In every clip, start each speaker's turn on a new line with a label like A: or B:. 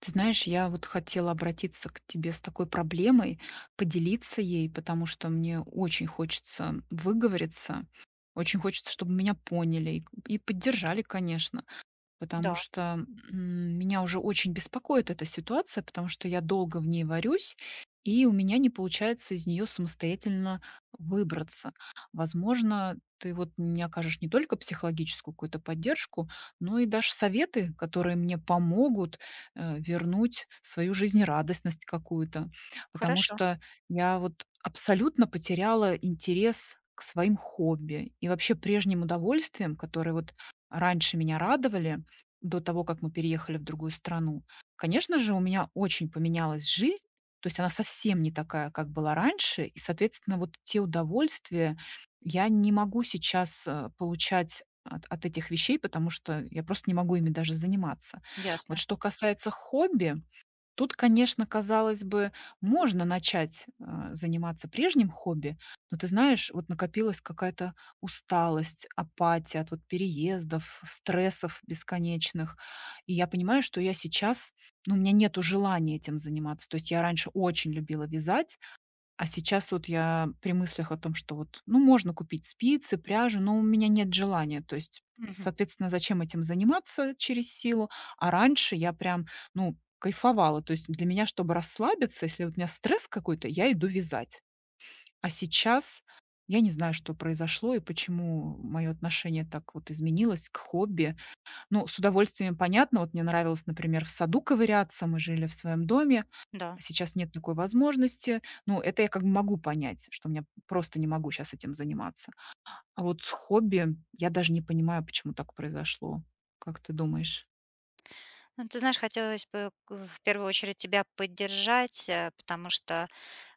A: Ты знаешь, я вот хотела обратиться к тебе с такой проблемой, поделиться ей, потому что мне очень хочется выговориться, очень хочется, чтобы меня поняли и поддержали, конечно.
B: Да,
A: Потому что, меня уже очень беспокоит эта ситуация, потому что я долго в ней варюсь, и у меня не получается из нее самостоятельно выбраться. Возможно, ты вот мне окажешь не только психологическую какую-то поддержку, но и дашь советы, которые мне помогут, вернуть свою жизнерадостность какую-то. Потому
B: хорошо,
A: что я вот абсолютно потеряла интерес к своим хобби и вообще прежним удовольствиям, которые вот раньше меня радовали до того, как мы переехали в другую страну. Конечно же, у меня очень поменялась жизнь, то есть она совсем не такая, как была раньше, и, соответственно, вот те удовольствия я не могу сейчас, получать от этих вещей, потому что я просто не могу ими даже заниматься. Вот
B: ясно.
A: что касается хобби. Тут, конечно, казалось бы, можно начать, а, заниматься прежним хобби, но ты знаешь, вот накопилась какая-то усталость, апатия от вот переездов, стрессов бесконечных. И я понимаю, что я сейчас, ну, у меня нету желания этим заниматься. То есть я раньше очень любила вязать, а сейчас вот я при мыслях о том, что вот, ну, можно купить спицы, пряжу, но у меня нет желания. То есть,
B: Мгм.
A: соответственно, зачем этим заниматься через силу? А раньше я прям, ну, кайфовала. То есть для меня, чтобы расслабиться, если вот у меня стресс какой-то, я иду вязать. А сейчас я не знаю, что произошло и почему мое отношение так вот изменилось к хобби. Ну, с удовольствием понятно. Вот мне нравилось, например, в саду ковыряться. Мы жили в своем доме.
B: Да.
A: Сейчас нет такой возможности. Ну, это я как бы могу понять, что у меня просто не могу сейчас этим заниматься. А вот с хобби я даже не понимаю, почему так произошло. Как ты думаешь?
B: Ну, ты знаешь, хотелось бы в первую очередь тебя поддержать, потому что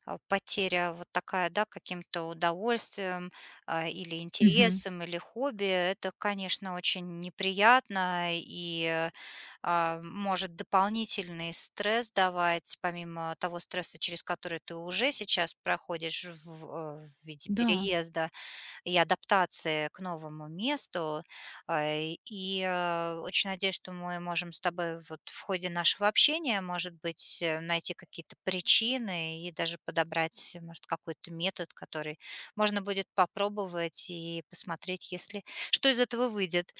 B: потеря вот такая, да, каким-то удовольствием или
A: Мгм.
B: интересом, или хобби, это, конечно, очень неприятно и может дополнительный стресс давать, помимо того стресса, через который ты уже сейчас проходишь в виде
A: Да,
B: переезда, и адаптации к новому месту. А, И очень надеюсь, что мы можем с тобой вот в ходе нашего общения, может быть, найти какие-то причины и даже подобрать, может, какой-то метод, который можно будет попробовать и посмотреть, если что из этого выйдет.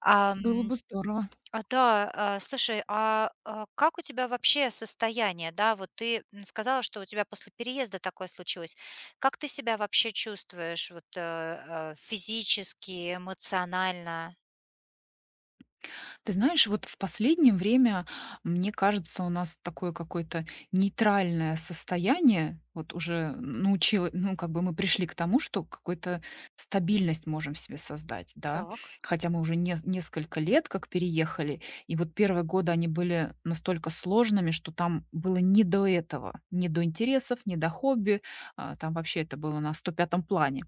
B: А,
A: было бы здорово.
B: да, слушай, как у тебя вообще состояние, да? Вот ты, сказала, что у тебя после переезда такое случилось. Как ты себя вообще чувствуешь вот, физически, эмоционально?
A: Ты знаешь, вот в последнее время, мне кажется, у нас такое какое-то нейтральное состояние. Вот уже научила, ну, как бы мы пришли к тому, что какую-то стабильность можем в себе создать, да.
B: Так.
A: Хотя мы уже несколько лет как переехали, и вот первые годы они были настолько сложными, что там было не до этого, не до интересов, не до хобби, а, там вообще это было на сто пятом плане.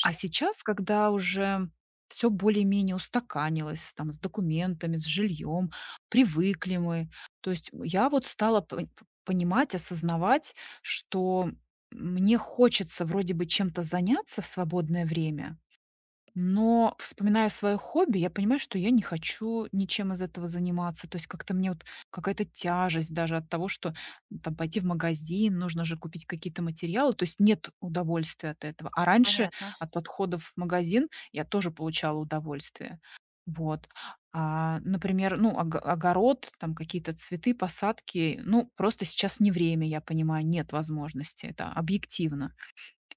A: А сейчас, когда уже все более-менее устаканилось, там, с документами, с жильем, привыкли мы. То есть я вот стала понимать, осознавать, что мне хочется вроде бы чем-то заняться в свободное время, но, вспоминая свое хобби, я понимаю, что я не хочу ничем из этого заниматься. То есть как-то мне вот какая-то тяжесть даже от того, что ну, там пойти в магазин, нужно же купить какие-то материалы. То есть нет удовольствия от этого. А раньше
B: понятно.
A: от подходов в магазин я тоже получала удовольствие. Вот. А, например, ну, огород, там какие-то цветы, посадки. Ну, просто сейчас не время, я понимаю, нет возможности. Это объективно.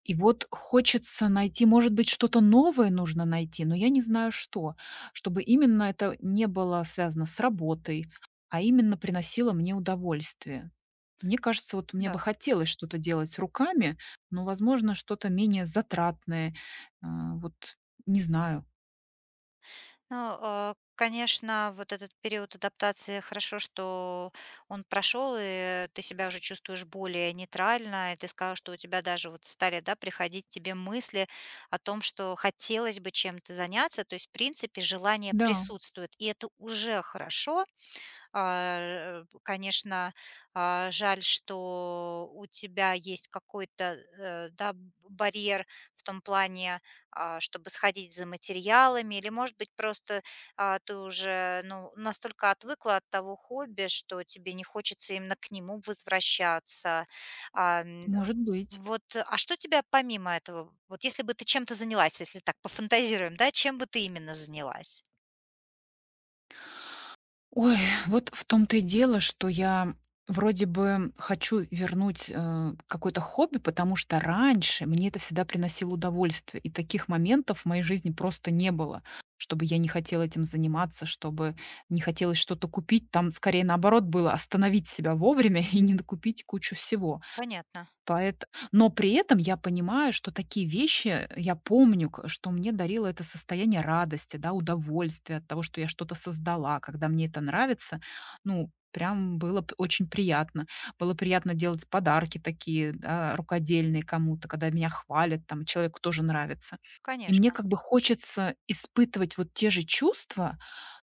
A: И вот хочется найти, может быть, что-то новое нужно найти, но я не знаю что, чтобы именно это не было связано с работой, а именно приносило мне удовольствие. Мне кажется, вот мне бы
B: Да.
A: хотелось что-то делать руками, но, возможно, что-то менее затратное. А, вот не знаю.
B: Ну, конечно, вот этот период адаптации хорошо, что он прошел, и ты себя уже чувствуешь более нейтрально, и ты сказал, что у тебя даже вот стали, да, приходить тебе мысли о том, что хотелось бы чем-то заняться, то есть, в принципе, желание
A: Да,
B: присутствует, и это уже хорошо, а, п конечно, жаль, что у тебя есть какой-то, да, б барьер в том плане, чтобы сходить за материалами или, может быть, просто, ты уже, ну, настолько отвыкла от того хобби, что тебе не хочется именно к нему возвращаться. Ам, э,
A: может быть.
B: вот, что тебя помимо этого вот если бы ты чем-то занялась, если так пофантазируем, да, чем бы ты именно занялась?
A: Ой, вот в том-то и дело, что я вроде бы хочу вернуть, какое-то хобби, потому что раньше мне это всегда приносило удовольствие, и таких моментов в моей жизни просто не было, чтобы я не хотела этим заниматься, чтобы не хотелось что-то купить. Там скорее наоборот было: остановить себя вовремя и не накупить кучу всего.
B: Понятно.
A: Поэт Но при этом я понимаю, что такие вещи я помню, к что мне дарило это состояние радости, да, удовольствия от того, что я что-то создала. Когда мне это нравится, ну, прям было п очень приятно. Было приятно делать подарки такие, да, рукодельные кому-то, когда меня хвалят, там, человеку тоже нравится. И мне
B: Конечно,
A: как бы хочется испытывать вот те же чувства,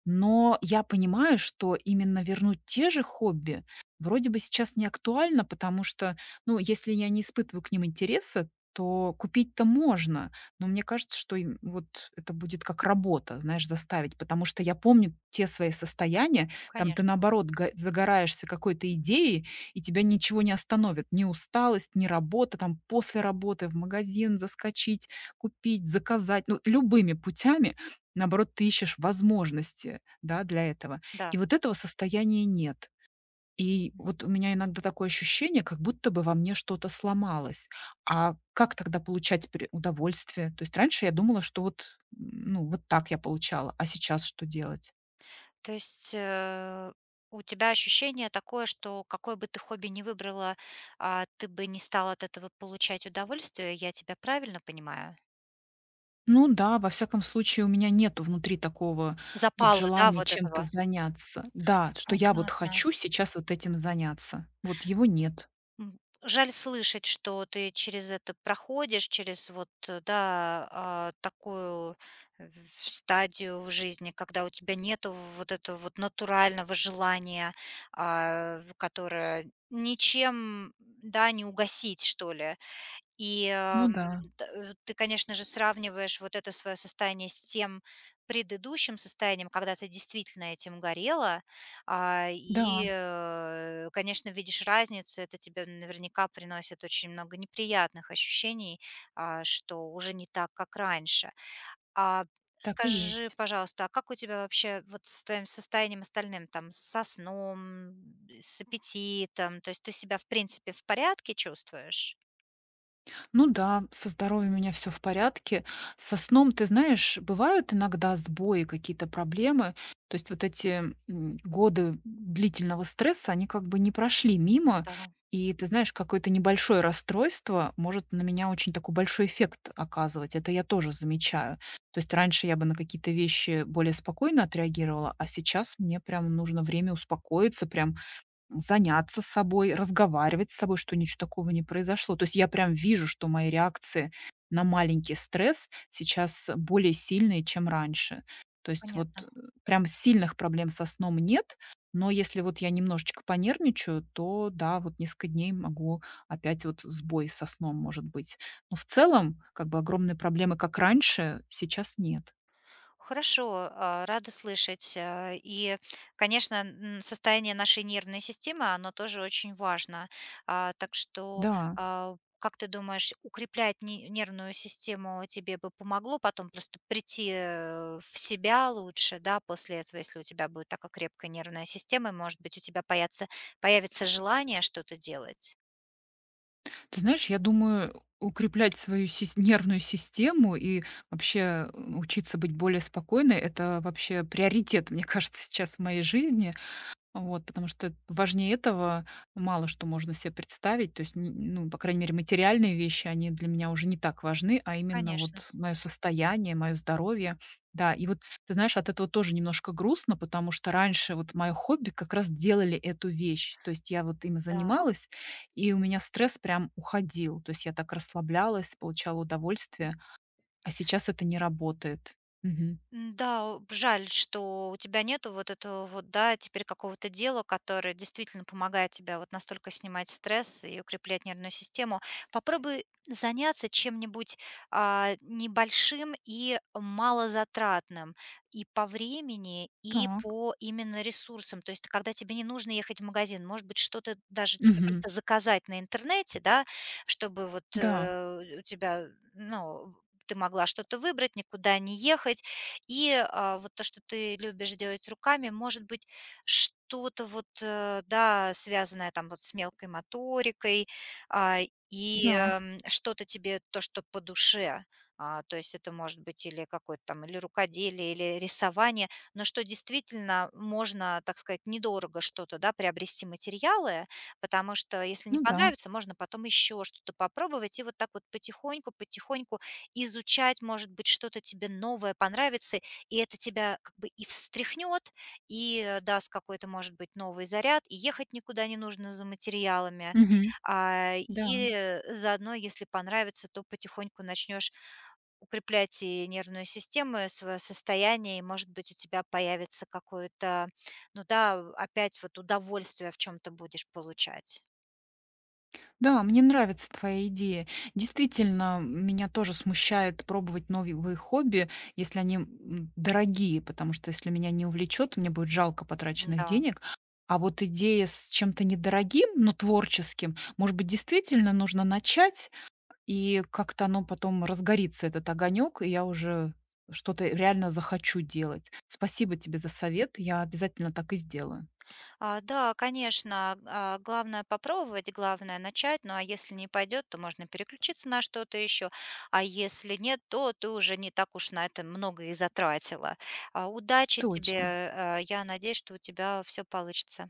A: но я понимаю, что именно вернуть те же хобби вроде бы сейчас не актуально, потому что ну, если я не испытываю к ним интереса, то купить-то можно, но мне кажется, что им вот это будет как работа, знаешь, заставить, потому что я помню те свои состояния, там ты
B: конечно,
A: наоборот загораешься какой-то идеей, и тебя ничего не остановит, ни усталость, ни работа, там после работы в магазин заскочить, купить, заказать, ну, любыми путями, наоборот, ты ищешь возможности, да, для этого.
B: да.
A: И вот этого состояния нет. И вот у меня иногда такое ощущение, как будто бы во мне что-то сломалось. А как тогда получать удовольствие? То есть раньше я думала, что вот, ну, вот так я получала, а сейчас что делать?
B: То есть, у тебя ощущение такое, что какое бы ты хобби ни выбрала, ты бы не стала от этого получать удовольствие. Я тебя правильно понимаю?
A: Ну да, во всяком случае, у меня нету внутри такого вот
B: Запала, да,
A: желания
B: вот
A: чем-то
B: этого?
A: заняться. Да, что я вот
B: Понятно.
A: хочу сейчас вот этим заняться. Вот его нет.
B: Жаль слышать, что ты через это проходишь, через вот, да, такую э, в стадию в жизни, когда у тебя нету вот этого вот натурального желания, в которое ничем, да, не угасить, что ли. И,
A: Ну
B: эм,
A: да,
B: ты, конечно же, сравниваешь вот это свое состояние с тем предыдущим состоянием, когда ты действительно этим горела,
A: да,
B: конечно, видишь разницу. Это тебе наверняка приносит очень много неприятных ощущений, что уже не так, как раньше. А
A: так и
B: скажи,
A: есть.
B: пожалуйста, а как у тебя вообще вот с твоим состоянием остальным, там, со сном, с аппетитом? То есть ты себя, в принципе, в порядке чувствуешь?
A: Ну да, со здоровьем у меня все в порядке. Со сном, ты знаешь, бывают иногда сбои, какие-то проблемы. То есть вот эти годы длительного стресса, они как бы не прошли мимо.
B: Да.
A: И ты знаешь, какое-то небольшое расстройство может на меня очень такой большой эффект оказывать. Это я тоже замечаю. То есть раньше я бы на какие-то вещи более спокойно отреагировала, а сейчас мне прям нужно время успокоиться, прям заняться собой, разговаривать с собой, что ничего такого не произошло. То есть я прям вижу, что мои реакции на маленький стресс сейчас более сильные, чем раньше. То есть
B: Понятно.
A: прям сильных проблем со сном нет, но если вот я немножечко понервничаю, то да, вот несколько дней могу опять вот сбой со сном может быть. Но в целом, как бы огромной проблемы, как раньше, сейчас нет.
B: Хорошо, рада слышать. И, конечно, состояние нашей нервной системы, оно тоже очень важно. Так что,
A: Да.
B: как ты думаешь, укреплять нервную систему тебе бы помогло потом просто прийти в себя лучше, да, после этого, если у тебя будет такая крепкая нервная система, и, может быть, у тебя появится, появится желание что-то делать?
A: Ты знаешь, я думаю, укреплять свою нервную систему и вообще учиться быть более спокойной– это вообще приоритет, мне кажется, сейчас в моей жизни. Вот, потому что важнее этого мало что можно себе представить. То есть, ну, по крайней мере, материальные вещи, они для меня уже не так важны, а именно
B: Конечно,
A: вот мое состояние, мое здоровье. Да, и вот, ты знаешь, от этого тоже немножко грустно, потому что раньше вот мое хобби как раз делали эту вещь. То есть я вот им
B: да.
A: занималась, и у меня стресс прям уходил. То есть я так расслаблялась, получала удовольствие, а сейчас это не работает. Мгм.
B: М-да, о, жаль, что у тебя нету вот этого вот, да, теперь какого-то дела, которое действительно помогает тебе вот настолько снимать стресс и укреплять нервную систему. Попробуй заняться чем-нибудь, небольшим и малозатратным и по времени, и
A: Так.
B: по именно ресурсам. То есть когда тебе не нужно ехать в магазин, может быть, что-то даже тебе
A: Мгм.
B: просто заказать на интернете, да, чтобы вот,
A: Да,
B: у тебя, ну, ты могла что-то выбрать, никуда не ехать. И вот то, что ты любишь делать руками, может быть, что-то вот, да, связанное там вот с мелкой моторикой, а,
A: да,
B: что-то тебе, то, что по душе. То есть это может быть или какое-то там, или рукоделие, или рисование, но что действительно можно, так сказать, недорого что-то, да, приобрести материалы, потому что если не
A: ну да.
B: понравится, можно потом еще что-то попробовать и вот так вот потихоньку-потихоньку изучать, может быть, что-то тебе новое понравится, и это тебя как бы и встряхнет, и даст какой-то, может быть, новый заряд, и ехать никуда не нужно за материалами.
A: Мгм. Да.
B: И заодно, если понравится, то потихоньку начнешь укреплять и нервную систему, и свое состояние, и, может быть, у тебя появится какое-то, ну да, опять вот удовольствие в чем-то будешь получать.
A: Да, мне нравится твоя идея. Действительно, меня тоже смущает пробовать новые хобби, если они дорогие, потому что если меня не увлечет, мне будет жалко потраченных
B: Да.
A: денег. А вот идея с чем-то недорогим, но творческим, может быть, действительно нужно начать, и как-то оно потом разгорится, этот огонек, и я уже что-то реально захочу делать. Спасибо тебе за совет, я обязательно так и сделаю.
B: Да, конечно, главное попробовать, главное начать. Ну, а если не пойдет, то можно переключиться на что-то еще. А если нет, то ты уже не так уж на это много и затратила. Удачи
A: Точно.
B: тебе. Я надеюсь, что у тебя все получится.